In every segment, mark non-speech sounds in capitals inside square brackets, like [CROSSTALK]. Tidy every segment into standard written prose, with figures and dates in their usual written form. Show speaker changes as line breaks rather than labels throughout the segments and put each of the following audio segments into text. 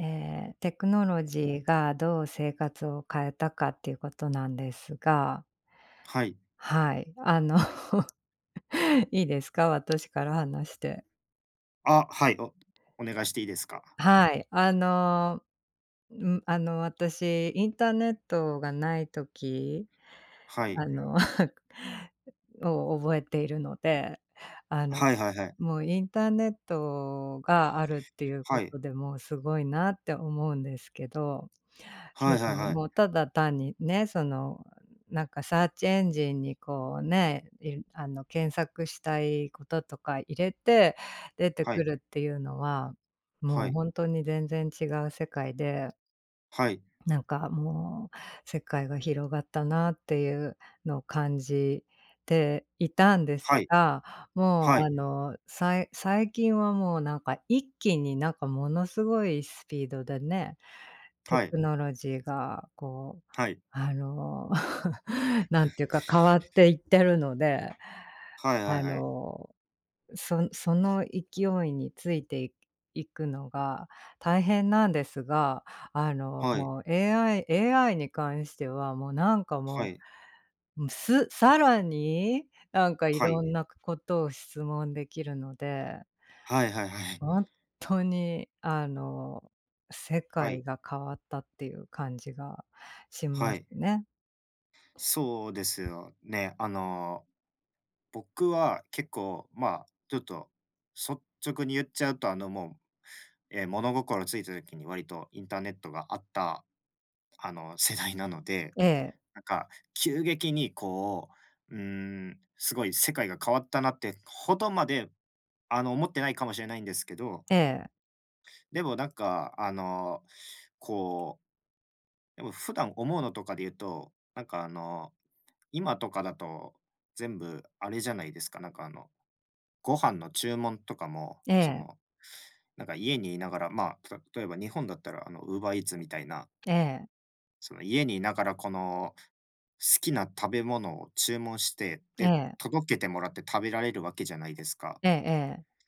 えテクノロジーがどう生活を変えたかっていうことなんですが、
はい。
はい、[LAUGHS]、いいですか？私から話して。
あ、はい、お願いしていいですか？
はい、私、インターネットがない時、
はい。
あの [LAUGHS]、を覚えているので、あの、
はいはいはい。
もうインターネットがあるっていう
は
こ
い。
とで、もうすごいなって思うんですけど、
はいはいはい。
もうただ単にね、なんかサーチエンジンにこうね、いあの、検索したいこととか入れて出て
は
く
い。
るっていうのは、
は
もう
い。
ほんとに全然違う世界で、
はい。
なんかもう世界が広がったなっていうのを感じていたんです
はい。
が、もう最近はもうなんか一気になんかものすごいスピードでね、テ
はい。
クノロジーがこう
はい。
あの、[LAUGHS] なんていうか、変わっていってるので、
はい。はい
あ
はいはい。
の、その勢いについていくのが大変なんですが、
はい。
もう AI に関しては、もうなんか
は
も
い。
う、さらに、なんかい
は
ろ
い。
んなことを質問できるので、
はいはいはい。
本当に世
は
界
い。
が変わったっていう感じがし
は
ます
い。
ね。
そうですよね。僕は結構、まあ、ちょっと率直に言っちゃうと、もう、物心ついた時に割とインターネットがあった、世代なので、
ええ、
なんか急激にこう、すごい世界が変わったなってほどまで、思ってないかもしれないんですけど、
ええ。
でもなんか、こう、でも普段思うのとかで言うと、なんか今とかだと全部あれじゃないですか。なんかご飯の注文とかも、
え
そ
え、
の、なんか家にいながら、まあ、例えば日本だったら、ウーバーイーツみたいな、
ええ、
その家にいながらこの、好きな食べ物を注文して、
え
で、
え、
届けてもらって食べられるわけじゃないですか。
ええええ、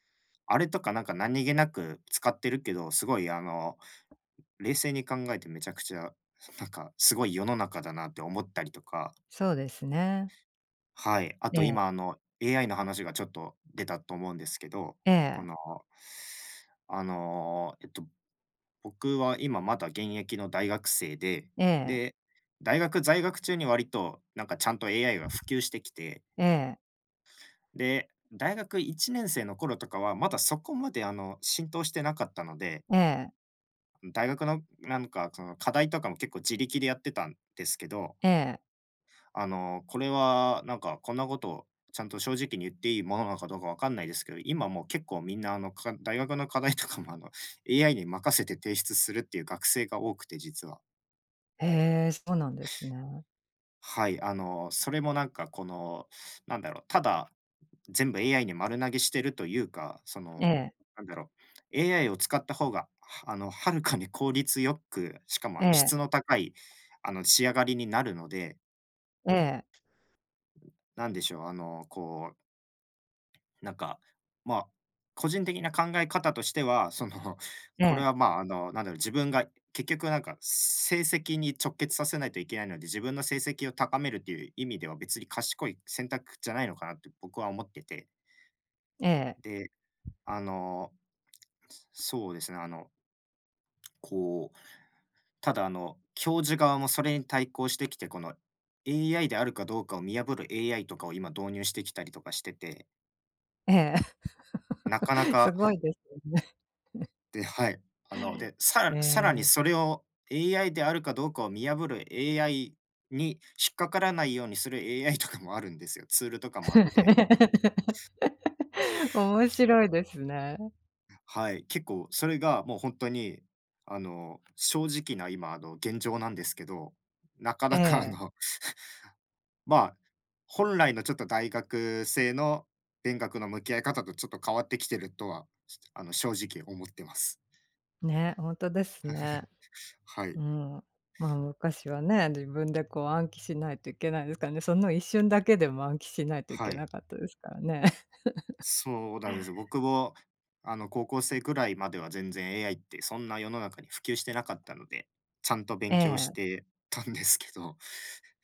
あれとかなんか何気なく使ってるけど、すごい冷静に考えてめちゃくちゃ、なんかすごい世の中だなって思ったりとか。
そうですね。
はい。あ
え
と今
え、
AI の話がちょっと出たと思うんですけど、
え
こ
え、
の、あの、えっと僕は今まだ現役の大学生で、
ええ、
で、大学在学中に割となんかちゃんと AI が普及してきて、
ええ、
で、大学1年生の頃とかはまだそこまで浸透してなかったので、
ええ、
大学のなんかその課題とかも結構自力でやってたんですけど、
ええ、
これはなんかこんなことをちゃんと正直に言っていいものなのかどうかわかんないですけど、今もう結構みんなあのか大学の課題とかもAI に任せて提出するっていう学生が多くて実は。
へえ、そうなんですね。
はい、それもなんかこの、なんだろう、ただ、全部 AI に丸投げしてるというか、そ
え
の、
え、
なんだろう、AI を使った方が、はあの、はるかに効率よく、しかも
え
質の
え、
高い、仕上がりになるので、
ええ、
なんでしょう、こうなんか、まあ、個人的な考え方としては、その、[LAUGHS]
え
これ
え、
は、まあ、なんだろう、自分が結局なんか成績に直結させないといけないので、自分の成績を高めるっていう意味では別に賢い選択じゃないのかなって僕は思ってて。
ええ、
で、あの、そうですね、こう、ただ教授側もそれに対抗してきて、この AI であるかどうかを見破る AI とかを今導入してきたりとかしてて、
ええ、
なかな
[LAUGHS] す
か。
ごいですよね。
で、はい。で、さ
え
らさらにそ
え。
れを AI であるかどうかを見破る AI に引っかからないようにする AI とかもあるんですよ。ツールとかもあって。
[LAUGHS] 面白いですね。
はい、結構それがもう本当に、正直な今、現状なんですけど、なか
え
なか、
え、
[LAUGHS] まあ、本来のちょっと大学生の勉学の向き合い方とちょっと変わってきてるとは、正直思ってます。
ね、本当ですね。
はい。
うん。まあ、昔はね、自分でこう暗記しないといけないですからね、その一瞬だけでも暗記しないといけ
はい。
なかったですからね。
そうなんです。僕も、高校生ぐらいまでは全然 AI ってそんな世の中に普及してなかったので、ちゃんと
え
勉強し
え、
てたんですけど、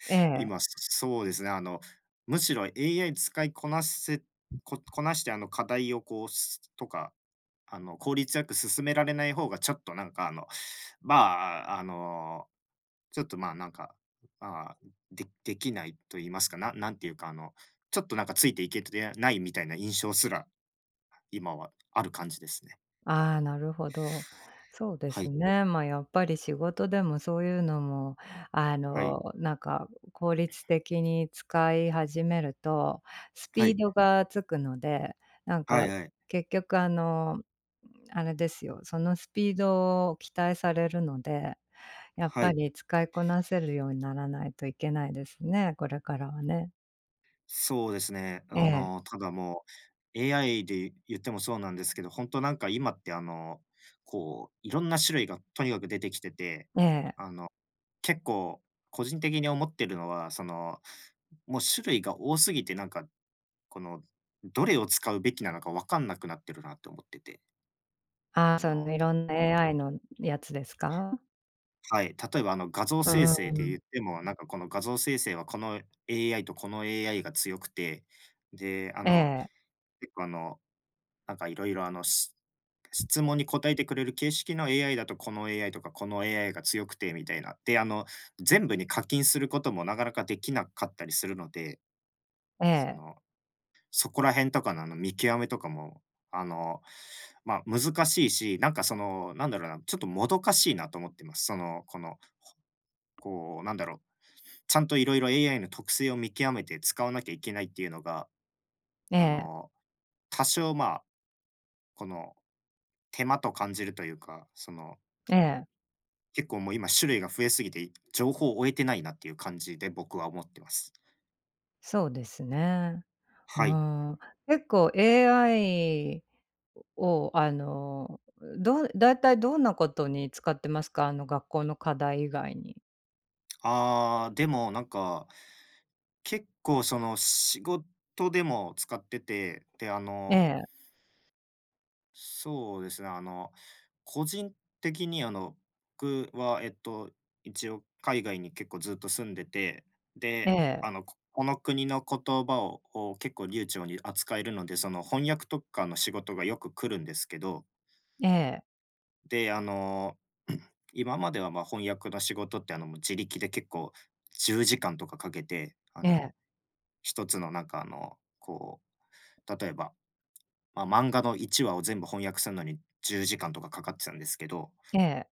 え
今、
え。
そうですね、むしろ AI 使いこなして、課題をこう、すとか、効率よく進められない方がちょっとなんか、まあ、あの、ちょっと、まあ、なんか、ああ、できないと言いますか、なんていうか、ちょっとなんかついていけてないみたいな印象すら今はある感じですね。
ああ、なるほど。そうで
は
す
い。
ね。まあ、やっぱり仕事でもそういうのも、
はい。
なんか効率的に使い始めると、ス
は
ピー
い。
ドがつくので、なん
は
か
いはい。
結局あれですよ、そのスピードを期待されるので、やっ
は
ぱ
い。
り使いこなせるようにならないといけないですね、これからはね。
そうですね。
ええ、
ただもう、AI で言ってもそうなんですけど、ほんとなんか今っていろんな種類がとにかく出てきてて、
ええ。
あの、結構個人的に思ってるのは、その、もう種類が多すぎて、なんか、この、どれを使うべきなのか分かんなくなってるなって思ってて。
ああ、
あ
その
の、
い
た
ろんな AI のやつですか？
はい、例えば画像
うん
生
う
成
ん
で
う
言
ん。
っても、なんかこの画像生成はこの AI とこの AI が強くて、で、
ええ、
結構なんかいろいろ質問に答えてくれる形式の AI だとこの AI とかこの AI が強くてみたいな。で、全部に課金することもなかなかできなかったりするので、
え
そ
え、
の、そこら辺とかの見極めとかも、あの、まあ難しいし、なんかその、なんだろうな、ちょっともどかしいなと思ってます。その、この、こう、なんだろう、ちゃんといろいろ AI の特性を見極めて使わなきゃいけないっていうのが、
え
あ
え、
の、多少、まあ、この、手間と感じるというか、その、
ええ、
結構もう今種類が増えすぎて、情報を追えてないなっていう感じで僕は思ってます。
そうですね。う
はい。
ん、結構 AI をだいたいどんなことに使ってますか？学校の課題以外に。
ああ、でもなんか、結構その仕事でも使ってて、で、
ええ、
そうですね、個人的に僕は一応海外に結構ずっと住んでて、
え
で、
え、
ここの国の言葉を結構流暢に扱えるので、その翻訳とかの仕事がよく来るんですけど、
ええ、
で、[CLEARS THROAT] 今までは、ま、翻訳の仕事ってもう自力で結構10時間とかかけて、
ええ、
一つのなんか例えばまあ、漫画の1話を全部翻訳するのに10時間とかかかってたんですけど、
ええ、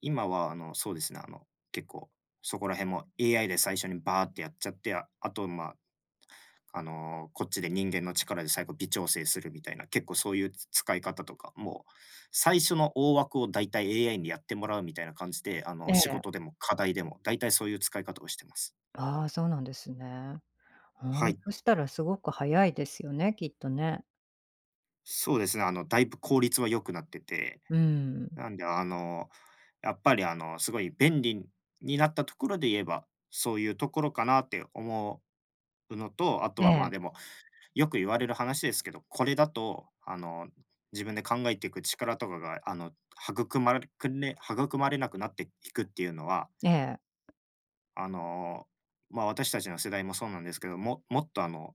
今はそうですね、結構そこら辺も AI で最初にバーってやっちゃって、ああと、まあ、こっちで人間の力で最後微調整するみたいな、結構そういう使い方とか、もう最初の大枠をだいたい AI にやってもらうみたいな感じで、
え
仕
え。
事でも課題でも、だいたいそういう使い方をしてます。
ああ、そうなんですね。ふ
は
ん、
い、
そしたらすごく早いですよね、きっとね。
そうですね、だいぶ効率は良くなってて
うん。
なんで、やっぱり、すごい便利になったところで言えば、そういうところかなって思うのと、あと
え
は、まあ、
え、
でも、よく言われる話ですけど、これだと、自分で考えていく力とかが、育まれなくなっていくっていうのは、
ええ。
あの、まあ、私たちの世代もそうなんですけど、もっと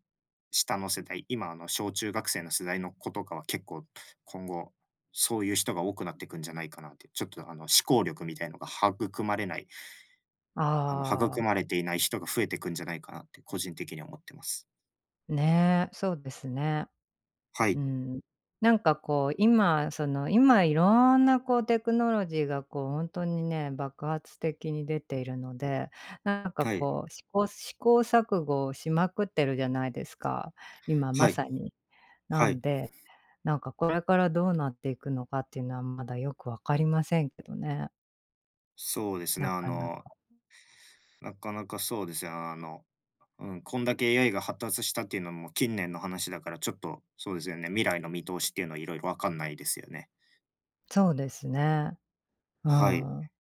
下の世代、今小中学生の世代の子とかは結構今後、そういう人が多くなっていくんじゃないかなって、ちょっと思考力みたいのが育まれない、
あ
育
あ、
まれていない人が増えていくんじゃないかなって個人的に思ってます。
ね、そうですね。
は
う
い、
ん。なんかこう、今その、今いろんなこうテクノロジーがこう本当にね、爆発的に出ているので、なんか
はい、
こう、試行錯誤をしまくってるじゃないですか、今ま
はい、
さに。な
は
ん
い。
で、なんかこれからどうなっていくのかっていうのはまだよくわかりませんけどね、
そうですね、
なかなか。
なかなかそうですね、こんだけ AI が発達したっていうのも近年の話だから、ちょっと、そうですよね、未来の見通しっていうのはいろいろわかんないですよね。
そうですね。う
はい。
ん。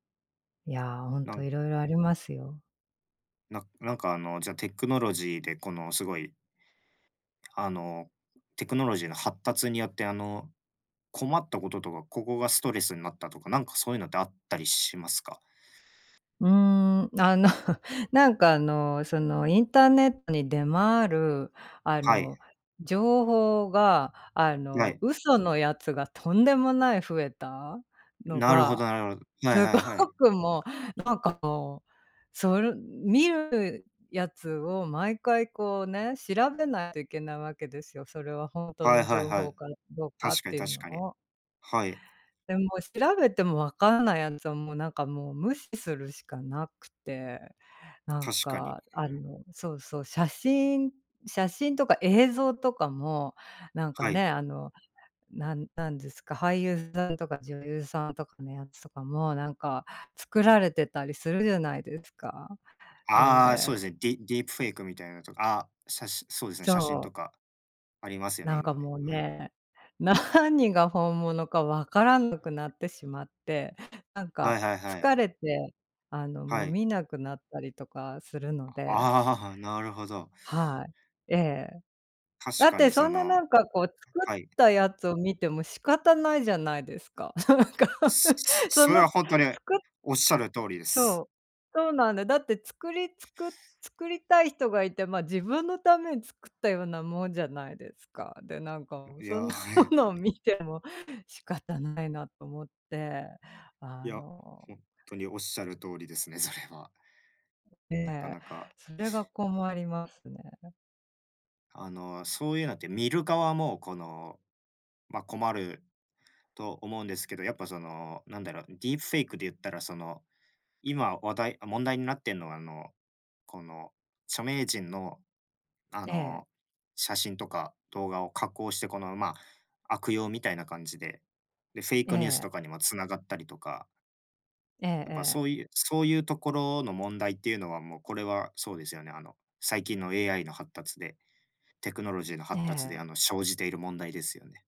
いやー、ほん
な
と
ん
いろいろありますよ。
ななんかあの、じゃあテクノロジーでこのすごい、あの、テクノロジーの発達によって困ったこととか、ここがストレスになったとか、なんかそういうのってあったりしますか？
うーん。[LAUGHS] なんかそのインターネットに出回る、あ
はい、
の、情報が、
はい。
嘘のやつがとんでもない増えたの
なるほ
が、
ど、なるほど。はい
す
は
ご
いはい。
くもう、なんか、それ見るやつを毎回こうね、調べないといけないわけですよ。それは本当
はい
の
はい
情
は
報
い。
かどうかっ
確かに、
ていう
確
の
かに。
を。
はい、
でも、調べても分かんないやつは、もう、なんか、もう、無視するしかなくて、なん
確かに。
か、そうそう、写真とか映像とかも、なんか
はい。
ね、なんなんですか、俳優さんとか女優さんとかのやつとかも、なんか、作られてたりするじゃないですか。
ああ、そう
で
ですね。ディープフェイクみたいなのとか、あ、写真そうですね、
そ
写真と
う。
かありますよね、
なんか
今ね。
もう
はい。
ね、[LAUGHS] 何が本物か分からなくなってしまって、[LAUGHS] なん
は
か
いはいはい。
疲れて、
は
もう
い。
見なくなったりとかするので、
ああ、なるほど。
はい。ええ。
確
だっ
か
て
にそ
そんな
の、
なんかこう作
は
っ
い。
たやつを見ても仕方ないじゃないですか。[LAUGHS] なんか、[LAUGHS] そ
それ
の
はほんとに
作
おっしゃる通りで
そ
す。
う。そうなんだよ。だって作りたい人がいて、まあ、自分のために作ったようなもんじゃないですか。で、なんかもう
いや、
そんな
は
も
い。
のを見ても [LAUGHS] 仕方ないなと思って、
い
あ
や、
の、
ほんとにおっしゃる通りですね、それは。なかなか、
それが困りますね。
そういうのって見る側も、この、ま、困ると思うんですけど、やっぱその、なんだろう、ディープフェイクで言ったらその今話題問題になってんのは、この、著名人の、あ
ええ、
の、写真とか動画を加工して、この、まあ、悪用みたいな感じで、で、フェイ
え
クニュースと
え、
かにもつながったりとか、やっぱ
え
そういうところの問題っていうのは、もうこれはそうですよね。あの、最近の AI の発達で、テクノロジーの
ええ
発
え、
達で、
ええ。
生じている問題ですよね。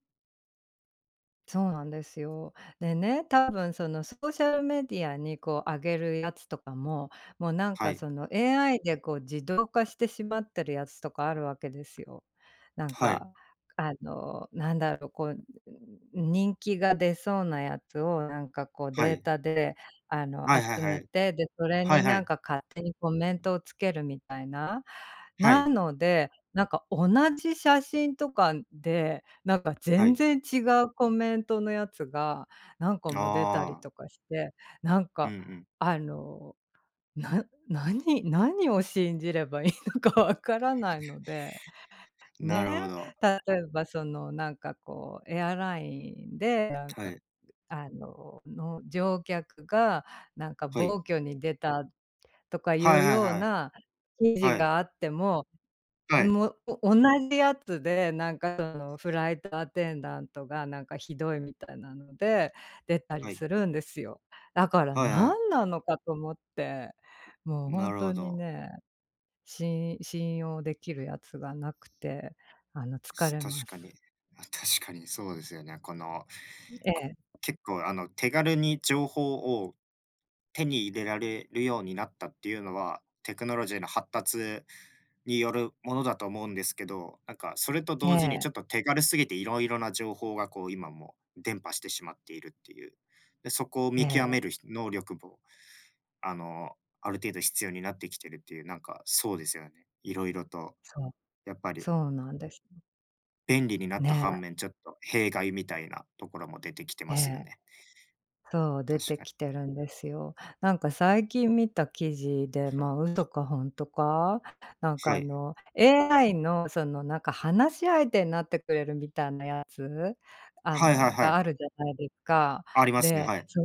そうなんですよ。でね、多分そのソーシャルメディアにこう上げるやつとかも、もうなん
は
か
い。
その AI でこう自動化してしまってるやつとかあるわけですよ。なん
はい。
か、なんだろう、こう、人気が出そうなやつをなんかこう
は
デー
い。
タであの
はいはい
集
は
め
い。
て、で、それ
は
に
いは
なん
い。
か勝手にコメントをつけるみたいな。
は
な
い。
ので、なんか同じ写真とかで、なんか
は
全
い。
然違うコメントのやつが何個も出たり
ああ。
とかして、なん
うんう
か
ん。
あの、何を信じればいいのかわからないので、
な
ね、
るほど。
例えばそのなんかこうエアラインで、なん
は
か
い。
乗客がなんか
は
暴
い。
挙に出たとかい
はい
う
はい
よう
はい。
な記事
はい。
があっても
はい。
もう、同じやつで、なんかそのフライトアテンダントがなんかひどいみたいなので、出た
は
り
い。
するんですよ。だから
はいはい。
何なのかと思って、もうほ
な
ん
るほ
とに
ど。
ね、信用できるやつがなくて、疲れ
確
ま
か
す。
に。あ、確かにそうですよね。この、
え
こ
え、
結構あの、手軽に情報を手に入れられるようになったっていうのは、テクノロジーの発達によるものだと思うんですけど、なんかそれと
え
同時にちょっ
え、
と手軽すぎていろいろな情報がこう今も伝播してしまっているっていう。で、そこを
え
見極
え、
める能力もある程度必要になってきてるっていう、なんか、そうですよね。いろいろと、
そう、
やっぱり
そうなんです。
便利になった
ね、
反面、ちょっと弊害みたいなところも出てきて
え
ますよ
え。
ね。
そう、出
確
て
かに。
きてるんですよ。なんか最近見た記事で、まあ、嘘かほんとか、なんか
はい。
AI のそのなんか話し相手になってくれるみたいなやつ、
はいはいは
が
い。
あるじゃないですか。
ありますね、
で、
はい。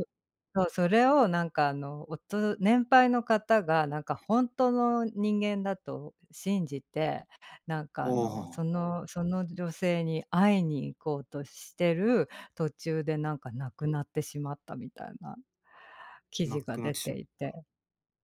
そう、それをなんか年配の方がなんか本当の人間だと信じて、なんか
おお、
その女性に会いに行こうとしてる途中でなんか亡くなってしまったみたいな記
な
事が
くなっ
出
てしま
て
う。
いて、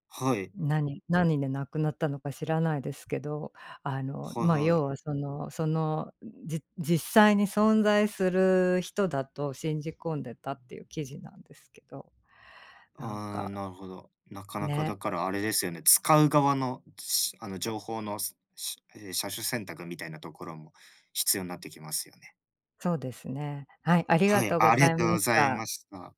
はい。
何で亡くなったのか知らないですけど、
はい
まあ、
はい。
要はその実際に存在する人だと信じ込んでたっていう記事なんですけど、なん
ああ、
か、
なるほど。なかなかだ
ね、
からあれですよね、使う側の、し情報の、車種選択みたいなところも必要になってきますよね。
そうですね。はい、あり
は
が
い、
とうご
あり
ざ
が
い
とう
ま
ご
し
ざい
た。
ました。